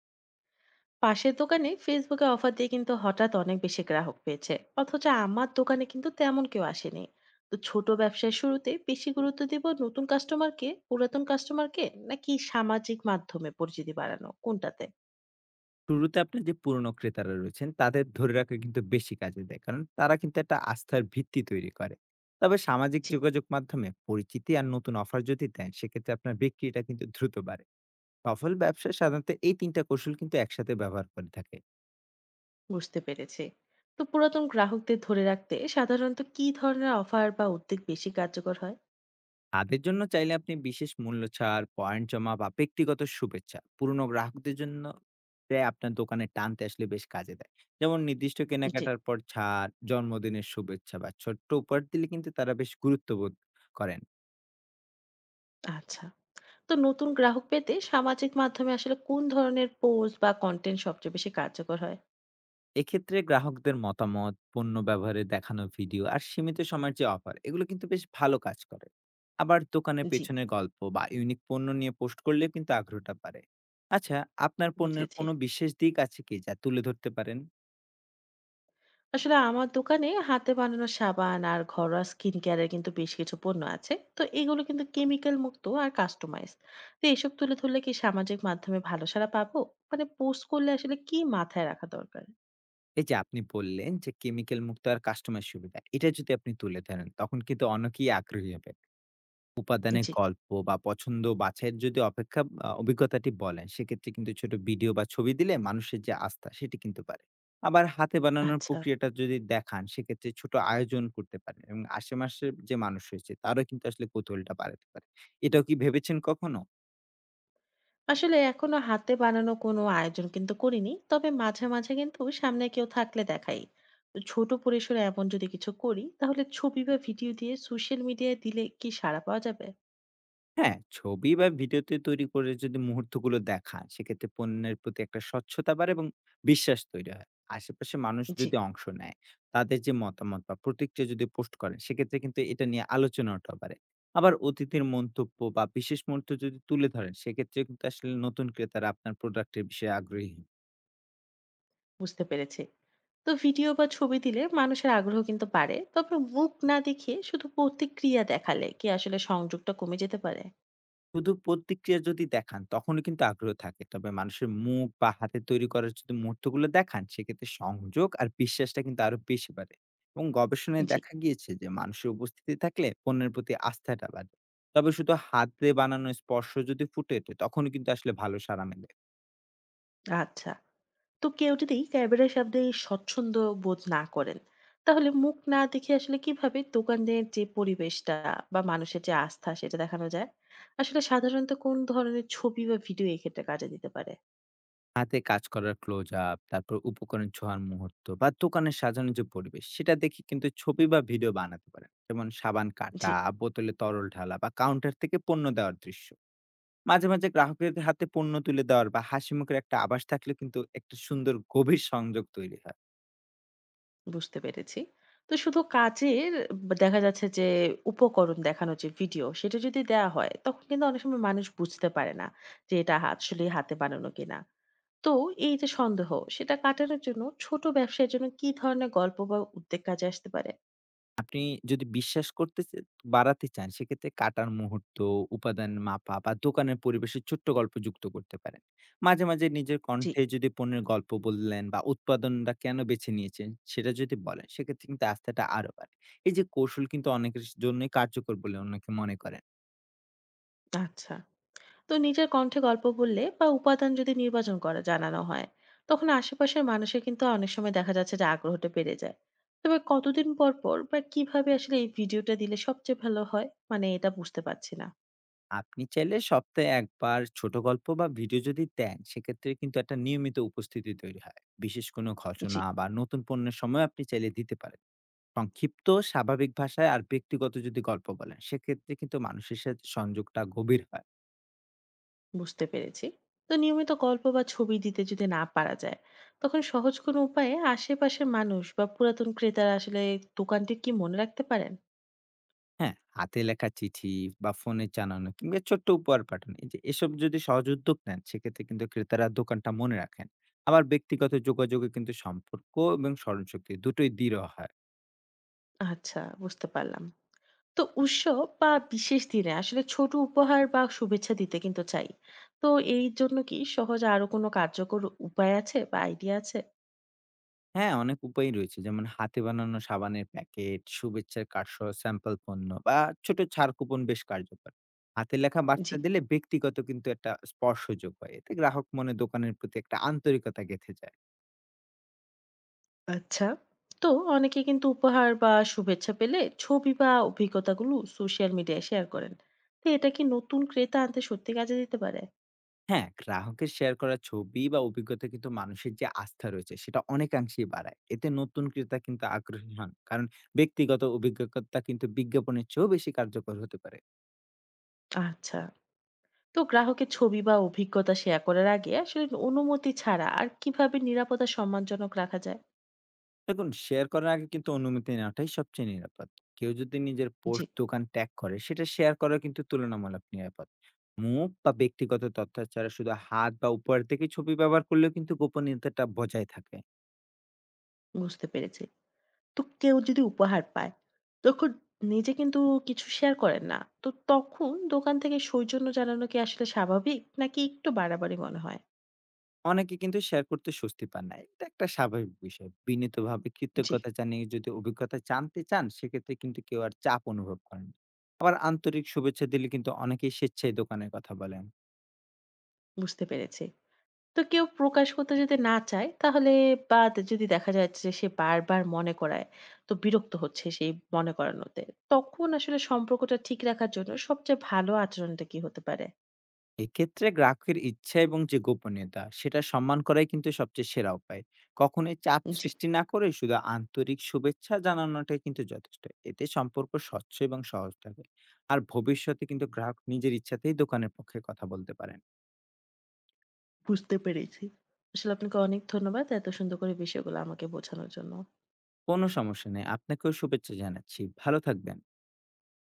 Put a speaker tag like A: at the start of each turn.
A: পাশের দোকানে ফেসবুকে অফার দিয়ে কিন্তু হঠাৎ অনেক বেশি গ্রাহক পেয়েছে। অথচ আমার দোকানে কিন্তু তেমন কেউ আসেনি। তো ছোট ব্যবসার শুরুতে বেশি গুরুত্ব দিব নতুন কাস্টমারকে, পুরাতন কাস্টমারকে, নাকি সামাজিক মাধ্যমে পরিচিতি বাড়ানো, কোনটাতে?
B: শুরুতে আপনার যে পুরনো ক্রেতারা রয়েছেন তাদের ধরে রাখা কিন্তু বেশি কাজে দেয়, কারণ তারা কিন্তু একটা আস্থার ভিত্তি তৈরি করে। তবে সামাজিক
A: জি,
B: যোগাযোগ মাধ্যমে পরিচিতি আর নতুন অফার যদি দেন, সেক্ষেত্রে আপনার বিক্রিটা কিন্তু দ্রুত বাড়ে। সফল ব্যবসা সাধারণত এই তিনটা কৌশল কিন্তু একসাথে ব্যবহার করে থাকে।
A: বুঝতে পেরেছি। তো পুরাতন গ্রাহকদের ধরে রাখতে সাধারণত কি ধরনের অফার বা উদ্যোগ বেশি কার্যকর হয়?
B: তাদের জন্য চাইলে আপনি বিশেষ মূল্য ছাড়, পয়েন্ট জমা বা ব্যক্তিগত শুভেচ্ছা পুরনো গ্রাহকদের জন্য তে আপনার দোকানে টানতে আসলে বেশ কাজে দেয়। যেমন নির্দিষ্ট
A: জি,
B: কেনাকাটার পর ছাড়, জন্মদিনের শুভেচ্ছা বা ছোট্ট উপহার দিলে কিন্তু তারা বেশ গুরুত্ববোধ করেন।
A: আচ্ছা। তো নতুন গ্রাহক পেতে সামাজিক মাধ্যমে আসলে কোন ধরনের পোস্ট বা কন্টেন্ট সবচেয়ে বেশি কার্যকর হয়?
B: এক্ষেত্রে গ্রাহকদের মতামত, পণ্য ব্যবহারে দেখানো ভিডিও আর সীমিত সময়ের যে অফার এগুলো কিন্তু বেশ ভালো কাজ করে। আবার দোকানের
A: জি,
B: পেছনে গল্প বা ইউনিক পণ্য নিয়ে পোস্ট করলেও কিন্তু আগ্রহটা বাড়ে। আচ্ছা, আপনার পণ্যের
A: বুঝেছি।
B: কোনো বিশেষ দিক আছে কি যা তুলে ধরতে পারেন?
A: আসলে আমার দোকানে হাতে বানানো সাবান আর ঘরোয়া স্কিন কেয়ারের কিন্তু বেশ কিছু পণ্য আছে, তো এগুলো কিন্তু কেমিক্যাল মুক্ত আর কাস্টমাইজ। তো এসব তুলে ধরলে কি সামাজিক মাধ্যমে ভালো সাড়া পাবো? মানে পোস্ট করলে আসলে কি মাথায় রাখা দরকার?
B: এই যে আপনি বললেন যে কেমিক্যাল মুক্ত আর কাস্টমার সুবিধা, এটা যদি আপনি তুলে ধরেন, তখন কিন্তু অনেকেই আগ্রহী হবে। উপাদানের
A: জি,
B: গল্প বা পছন্দ বাছাইয়ের যদি অপেক্ষা অভিজ্ঞতাটি বলেন, সেক্ষেত্রে কিন্তু ছোট ভিডিও বা ছবি দিলে মানুষের যে আস্থা সেটি কিন্তু বাড়ে। আবার হাতে বানানোর
A: আচ্ছা।
B: প্রক্রিয়াটা যদি দেখান, সেক্ষেত্রে ছোট আয়োজন করতে পারেন, এবং আশেপাশের যে মানুষ রয়েছে তারাও কিন্তু আসলে কৌতূহলটা বাড়াতে পারে। এটাও কি ভেবেছেন কখনো?
A: আসলে এখনো হাতে বানানো কোনো আয়োজন কিন্তু করিনি, তবে মাঝে মাঝে কিন্তু সামনে কেউ থাকলে দেখাই। তো ছোট পরিসরে এমন যদি কিছু করি, তাহলে ছবি বা ভিডিও দিয়ে সোশ্যাল মিডিয়ায় দিলে কি সাড়া পাওয়া যাবে?
B: হ্যাঁ, ছবি বা ভিডিওতে তৈরি করে যদি মুহূর্তগুলো দেখান, সেক্ষেত্রে পণ্যের প্রতি একটা স্বচ্ছতা বাড়ে এবং বিশ্বাস তৈরি হয়। আশেপাশে মানুষ
A: জি,
B: যদি অংশ নেয়, তাদের যে মতামত বা প্রতিক্রিয়া যদি পোস্ট করেন, সেক্ষেত্রে কিন্তু এটা নিয়ে আলোচনাটা বাড়ে। আবার অতিথির মন্তব্য বা বিশেষ মুহূর্ত যদি তুলে ধরেন, সেক্ষেত্রে কিন্তু আসলে নতুন ক্রেতারা আপনার প্রোডাক্টের বিষয়ে আগ্রহী হন।
A: বুঝতে পেরেছি। তো ভিডিও বা ছবি দিলে মানুষের আগ্রহ কিন্তু বাড়ে, তবে মুখ না দেখিয়ে শুধু প্রতিক্রিয়া দেখালে কি আসলে সংযোগটা কমে যেতে পারে?
B: শুধু প্রতিক্রিয়া যদি দেখান তখনও কিন্তু আগ্রহ থাকে। তবে মানুষের মুখ বা হাতে তৈরি করার যদি মুহূর্তগুলো দেখান, সেক্ষেত্রে সংযোগ আর বিশ্বাসটা কিন্তু আরো বেশি বাড়ে। এবং গবেষণায়
A: জি,
B: দেখা গিয়েছে যে মানুষের উপস্থিতি থাকলে পণ্যের প্রতি আস্থাটা বাড়ে। তবে শুধু হাতে বানানো স্পর্শ যদি ফুটে ওঠে তখনও কিন্তু আসলে ভালো সাড়া মেলে।
A: আচ্ছা। তো কেউ যদি ক্যামেরার সামনে স্বচ্ছন্দ বোধ না করেন, তাহলে মুখ না দেখে আসলে কিভাবে দোকানের যে পরিবেশটা বা মানুষের যে আস্থা সেটা দেখানো যায়? আসলে সাধারণত কোন ধরনের ছবি বা ভিডিও এক্ষেত্রে কাজে দিতে পারে?
B: হাতে কাজ করার ক্লোজ আপ, তারপর উপকরণ ছোঁয়ার মুহূর্ত বা দোকানের সাজানোর যে পরিবেশ সেটা দেখে কিন্তু ছবি বা ভিডিও বানাতে পারেন। যেমন সাবান
A: জি,
B: কাটা, বোতলে তরল ঢালা বা কাউন্টার থেকে পণ্য দেওয়ার দৃশ্য। মাঝে, মাঝে গ্রাহকের হাতে পণ্য তুলে দেওয়ার বা হাসিমুখের একটা আভাস থাকলে কিন্তু একটা সুন্দর গভীর সংযোগ তৈরি হয়।
A: বুঝতে পেরেছি। তো শুধু কাজের বা দেখা যাচ্ছে যে উপকরণ দেখানোর যে ভিডিও সেটা যদি দেয়া হয়, তখন কিন্তু অনেক সময় মানুষ বুঝতে পারে না যে এটা আসলেই হাতে বানানো কিনা। তো এই যে সন্দেহ, সেটা কাটানোর জন্য ছোট ব্যবসার জন্য কি ধরনের গল্প বা উদ্যোগ কাজে আসতে পারে?
B: আপনি যদি বিশ্বাস করতে চে বাড়াতে চান, সেক্ষেত্রে কাটার মুহূর্ত, উপাদান মাপা বা দোকানের পরিবেশের ছোট্ট গল্প যুক্ত করতে পারেন। মাঝে, মাঝে নিজের
A: জি,
B: কণ্ঠে যদি পণ্যের গল্প বললেন বা উৎপাদনটা কেন বেছে নিয়েছেন সেটা যদি বলেন, সেক্ষেত্রে কিন্তু আস্থাটা আরো বাড়ে। এই যে কৌশল কিন্তু অনেকের জন্যই কার্যকর বলে অনেকে মনে করেন।
A: আচ্ছা। তো নিজের কণ্ঠে গল্প বললে বা উপাদান যদি নির্বাচন করা জানানো হয়, তখন আশেপাশের মানুষের কিন্তু অনেক সময় দেখা যাচ্ছে যে আগ্রহটা বেড়ে যায়। তবে কতদিন পর পর বা কিভাবে আসলে এই ভিডিওটা দিলে সবচেয়ে ভালো হয়, মানে এটা বুঝতে পারছি না।
B: আপনি চাইলে সপ্তাহে একবার ছোট গল্প বা ভিডিও যদি দেন, সেক্ষেত্রে কিন্তু একটা নিয়মিত উপস্থিতি তৈরি হয়। বিশেষ কোনো
A: জি,
B: ঘটনা বা নতুন পণ্যের সময় আপনি চাইলে দিতে পারেন। সংক্ষিপ্ত স্বাভাবিক ভাষায় আর ব্যক্তিগত যদি গল্প বলেন, সেক্ষেত্রে কিন্তু মানুষের সাথে সংযোগটা গভীর হয়।
A: বুঝতে পেরেছি। তো নিয়মিত গল্প বা ছবি দিতে যদি না পারা যায়, তখন সহজ কোনো উপায়ে আশেপাশের মানুষ বা পুরাতন ক্রেতারা আসলে দোকানটি কি মনে রাখতে পারেন?
B: হ্যাঁ, হাতে লেখা চিঠি বা ফোনে জানানো কিংবা ছোট্ট উপহার পাঠানো, এই যে এসব যদি সহজ উদ্যোগ নেন, সেক্ষেত্রে কিন্তু ক্রেতারা দোকানটা মনে রাখেন। আবার ব্যক্তিগত যোগাযোগে কিন্তু সম্পর্ক এবং স্মরণশক্তি দুটোই দৃঢ় হয়।
A: আচ্ছা, বুঝতে পারলাম। তো উৎসব বা বিশেষ দিনে আসলে ছোট উপহার বা শুভেচ্ছা দিতে কিন্তু চাই। তো এই জন্য কি সহজ আরো কোনো কার্যকর উপায় আছে বা আইডিয়া আছে?
B: হ্যাঁ, অনেক উপায় রয়েছে। যেমন হাতে বানানো সাবানের প্যাকেট, শুভেচ্ছার কার্ড সহ স্যাম্পল পণ্য বা ছোট ছাড় কুপন বেশ কার্যকর। হাতে লেখা
A: জি,
B: বার্তা দিলে ব্যক্তিগত কিন্তু একটা স্পর্শযোগ হয়। এতে গ্রাহক মনে দোকানের প্রতি একটা আন্তরিকতা গেঁথে যায়।
A: আচ্ছা। তো অনেকে কিন্তু উপহার বা শুভেচ্ছা পেলে ছবি বা অভিজ্ঞতাগুলো সোশ্যাল মিডিয়ায় শেয়ার করেন। তো এটা কি নতুন ক্রেতা আনতে সত্যি কাজে দিতে পারে?
B: হ্যাঁ, গ্রাহকের শেয়ার করা ছবি বা অভিজ্ঞতা কিন্তু মানুষের যে আস্থা রয়েছে সেটা অনেকাংশেই বাড়ায়। এতে নতুন ক্রেতা কিন্তু আগ্রহী হন। কারণ ব্যক্তিগত অভিজ্ঞতা কিন্তু বিজ্ঞাপনের চেয়েও বেশি কার্যকর হতে পারে।
A: আচ্ছা। তো গ্রাহকের ছবি বা অভিজ্ঞতা শেয়ার করার আগে আসলে অনুমতি ছাড়া আর কিভাবে নিরাপদ আর সম্মানজনক রাখা যায়?
B: দেখুন, শেয়ার করার আগে কিন্তু অনুমতি নেওয়াটাই সবচেয়ে নিরাপদ। কেউ যদি নিজের
A: জি,
B: পোস্ট, দোকান ট্যাগ করে, সেটা শেয়ার করা কিন্তু তুলনামূলক নিরাপদ। মুখ বা ব্যক্তিগত তথ্য ছাড়া শুধু হাত বা উপহার থেকে ছবি ব্যবহার করলেও কিন্তু গোপনীয়তাটা বজায় থাকে।
A: বুঝতে পেরেছি। তো কেউ যদি উপহার পায়, তখন নিজে কিন্তু কিছু শেয়ার করেন না। তো তখন দোকান থেকে সৌজন্য জানানো কি আসলে স্বাভাবিক নাকি একটু বাড়াবাড়ি মনে হয়?
B: অনেকে কিন্তু শেয়ার করতে স্বস্তি পান না। এটা একটা স্বাভাবিক বিষয়। বিনীতভাবে
A: জি,
B: কৃতজ্ঞতা জানিয়ে যদি অভিজ্ঞতা জানতে চান, সেক্ষেত্রে কিন্তু কেউ আর চাপ অনুভব করেন না। আবার আন্তরিক শুভেচ্ছা দিলে কিন্তু অনেকেই স্বেচ্ছায় দোকানের কথা বলেন।
A: বুঝতে পেরেছি। তো কেউ প্রকাশ করতে যদি না চায় তাহলে, বা যদি দেখা যাচ্ছে যে সে বারবার মনে করায়, তো বিরক্ত হচ্ছে সেই মনে করানোতে। তখন আসলে সম্পর্কটা ঠিক রাখার জন্য সবচেয়ে ভালো আচরণটা কি হতে পারে?
B: এক্ষেত্রে গ্রাহকের ইচ্ছা এবং যে গোপনীয়তা সেটা সম্মান করাই কিন্তু সবচেয়ে সেরা উপায়। কখনোই চাপ
A: জি,
B: সৃষ্টি না করে শুধু আন্তরিক শুভেচ্ছা জানানোটাই কিন্তু যথেষ্ট। এতে সম্পর্ক স্বচ্ছ এবং সহজ থাকে। আর ভবিষ্যতে কিন্তু গ্রাহক নিজের ইচ্ছাতেই দোকানের পক্ষে কথা বলতে পারেন।
A: বুঝতে পেরেছি। আসলে আপনাকে অনেক ধন্যবাদ এত সুন্দর করে বিষয়গুলো আমাকে বোঝানোর জন্য।
B: কোনো সমস্যা নেই। আপনাকেও শুভেচ্ছা জানাচ্ছি। ভালো থাকবেন।